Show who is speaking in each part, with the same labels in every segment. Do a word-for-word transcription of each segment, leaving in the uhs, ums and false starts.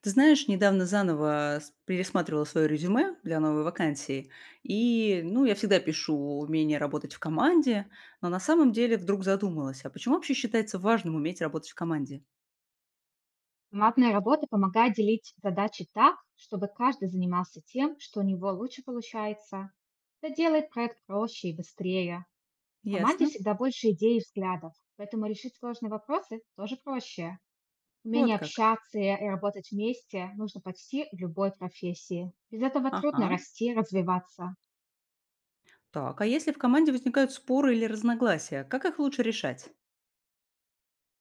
Speaker 1: Ты знаешь, недавно заново с пересматривала свое резюме для новой вакансии. И, ну, я всегда пишу умение работать в команде, но на самом деле вдруг задумалась, а почему вообще считается важным уметь работать в команде?
Speaker 2: Командная работа помогает делить задачи так, чтобы каждый занимался тем, что у него лучше получается. Это делает проект проще и быстрее. В команде
Speaker 1: Ясно.
Speaker 2: всегда больше идей и взглядов, поэтому решить сложные вопросы тоже проще.
Speaker 1: Вот
Speaker 2: Умение
Speaker 1: как.
Speaker 2: общаться и и работать вместе нужно почти в любой профессии. Без этого трудно
Speaker 1: Ага.
Speaker 2: расти, развиваться.
Speaker 1: Так, а если в команде возникают споры или разногласия, как их лучше решать?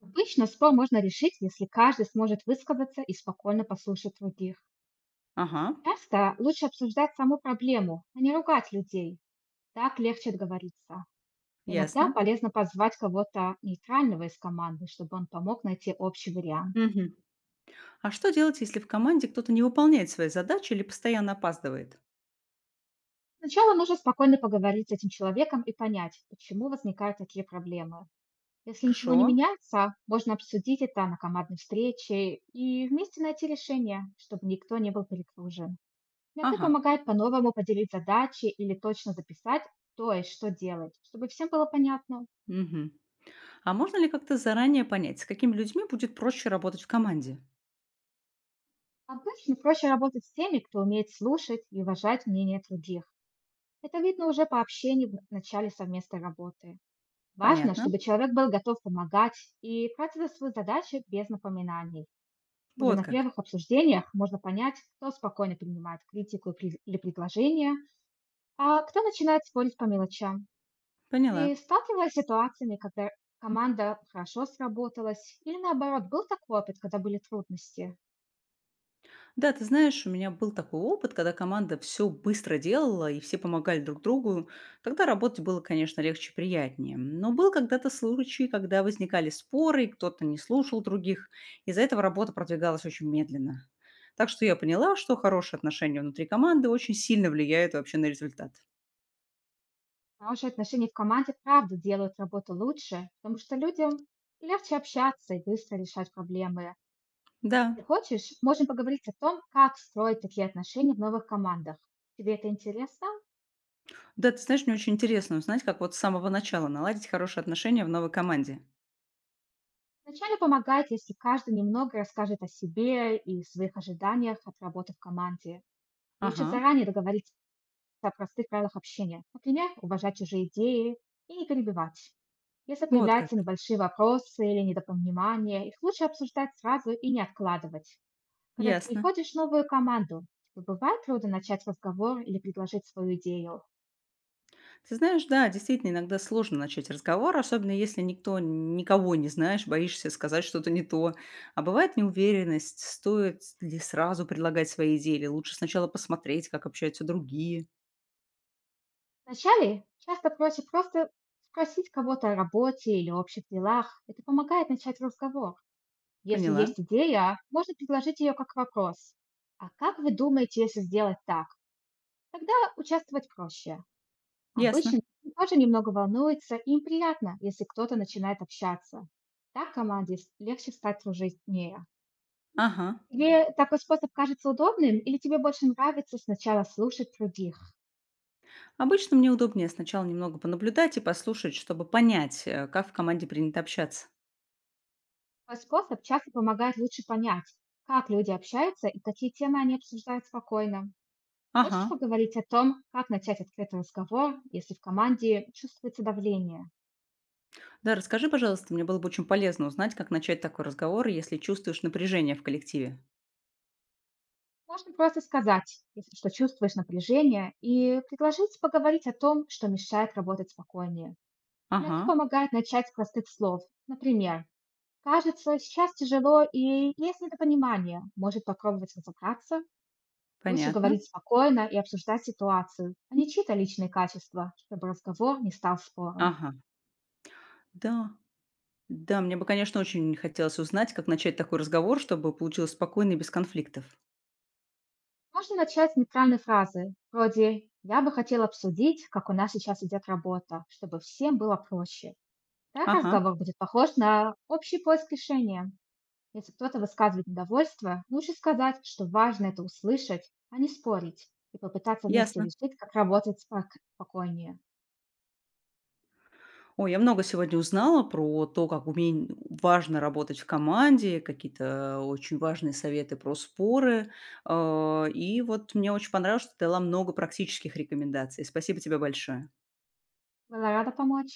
Speaker 2: Обычно спор можно решить, если каждый сможет высказаться и спокойно послушать других.
Speaker 1: Ага.
Speaker 2: Часто лучше обсуждать саму проблему, а не ругать людей. Так легче договориться. Иногда
Speaker 1: Ясно.
Speaker 2: полезно позвать кого-то нейтрального из команды, чтобы он помог найти общий вариант.
Speaker 1: Мгм. А что делать, если в команде кто-то не выполняет свои задачи или постоянно опаздывает?
Speaker 2: Сначала нужно спокойно поговорить с этим человеком и понять, почему возникают такие проблемы. Если ничего
Speaker 1: Хорошо.
Speaker 2: не меняется, можно обсудить это на командной встрече и вместе найти решение, чтобы никто не был перегружен. Иногда
Speaker 1: Ага.
Speaker 2: помогает по-новому поделить задачи или точно записать, кто и что делать, чтобы всем было понятно.
Speaker 1: Мгм. А можно ли как-то заранее понять, с какими людьми будет проще работать в команде?
Speaker 2: Обычно проще работать с теми, кто умеет слушать и уважать мнение других. Это видно уже по общению в начале совместной работы. Важно,
Speaker 1: Понятно.
Speaker 2: чтобы человек был готов помогать и брать за свою задачу без напоминаний. Уже
Speaker 1: Вот
Speaker 2: на
Speaker 1: как.
Speaker 2: первых обсуждениях можно понять, кто спокойно принимает критику и пред- или предложения, а кто начинает спорить по мелочам.
Speaker 1: Поняла.
Speaker 2: Ты сталкивалась с ситуациями, когда команда хорошо сработалась, или наоборот, был такой опыт, когда были трудности?
Speaker 1: Да, ты знаешь, у меня был такой опыт, когда команда все быстро делала и все помогали друг другу. Тогда работать было, конечно, легче и приятнее. Но был когда-то случай, когда возникали споры, и кто-то не слушал других. Из-за этого работа продвигалась очень медленно. Так что я поняла, что хорошие отношения внутри команды очень сильно влияют вообще на результат.
Speaker 2: Хорошие отношения в команде правда делают работу лучше, потому что людям легче общаться и быстро решать проблемы.
Speaker 1: Да.
Speaker 2: Если хочешь, можем поговорить о том, как строить такие отношения в новых командах. Тебе это интересно?
Speaker 1: Да, ты знаешь, мне очень интересно узнать, как вот с самого начала наладить хорошие отношения в новой команде.
Speaker 2: Вначале помогает, если каждый немного расскажет о себе и своих ожиданиях от работы в команде. Лучше
Speaker 1: Ага.
Speaker 2: заранее договориться о простых правилах общения. Например, уважать чужие идеи и не перебивать. Если
Speaker 1: Вот как.
Speaker 2: появляются небольшие вопросы или недопонимания, их лучше обсуждать сразу и не откладывать. Когда ты
Speaker 1: Ясно.
Speaker 2: приходишь в новую команду, тебе бывает трудно начать разговор или предложить свою идею.
Speaker 1: Ты знаешь, да, действительно, иногда сложно начать разговор, особенно если никто никого не знаешь, боишься сказать что-то не то. А бывает неуверенность, стоит ли сразу предлагать свои идеи, или лучше сначала посмотреть, как общаются другие.
Speaker 2: Вначале часто проще просто спросить кого-то о работе или общих делах. Это помогает начать разговор. Если
Speaker 1: Поняла?
Speaker 2: есть идея, а можно предложить ее как вопрос. А как вы думаете, если сделать так? Тогда участвовать проще.
Speaker 1: Ясно.
Speaker 2: Обычно они тоже немного волнуется, и им приятно, если кто-то начинает общаться. Так команде с- легче стать дружнее.
Speaker 1: Ага.
Speaker 2: Тебе такой способ кажется удобным или тебе больше нравится сначала слушать других?
Speaker 1: Обычно мне удобнее сначала немного понаблюдать и послушать, чтобы понять, э, как в команде принято общаться.
Speaker 2: Такой способ часто помогает лучше понять, как люди общаются и какие темы они обсуждают спокойно.
Speaker 1: Ага.
Speaker 2: Хочешь поговорить о том, как начать открытый разговор, если в команде чувствуется давление?
Speaker 1: Да, расскажи, пожалуйста, мне было бы очень полезно узнать, как начать такой разговор, если чувствуешь напряжение в коллективе.
Speaker 2: Можно просто сказать, если что чувствуешь напряжение, и предложить поговорить о том, что мешает работать спокойнее.
Speaker 1: Ага,
Speaker 2: Иногда помогает начать с простых слов. Например, «Кажется, сейчас тяжело и есть недопонимание. Может попробовать разобраться?» Лучше
Speaker 1: понятно.
Speaker 2: говорить спокойно и обсуждать ситуацию, а не чьи-то личные качества, чтобы разговор не стал спором.
Speaker 1: Ага, да. Да, мне бы, конечно, очень хотелось узнать, как начать такой разговор, чтобы получилось спокойно и без конфликтов.
Speaker 2: Можно начать с нейтральной фразы, вроде «Я бы хотел обсудить, как у нас сейчас идет работа, чтобы всем было проще». Так
Speaker 1: Ага,
Speaker 2: разговор будет похож на общий поиск решения. Если кто-то высказывает недовольство, лучше сказать, что важно это услышать, а не спорить, и попытаться вместе
Speaker 1: ясно.
Speaker 2: решить, как работать спок- спокойнее.
Speaker 1: Ой, я много сегодня узнала про то, как умень- важно работать в команде, какие-то очень важные советы про споры. Э, И вот мне очень понравилось, что ты дала много практических рекомендаций. Спасибо тебе большое.
Speaker 2: Была рада помочь.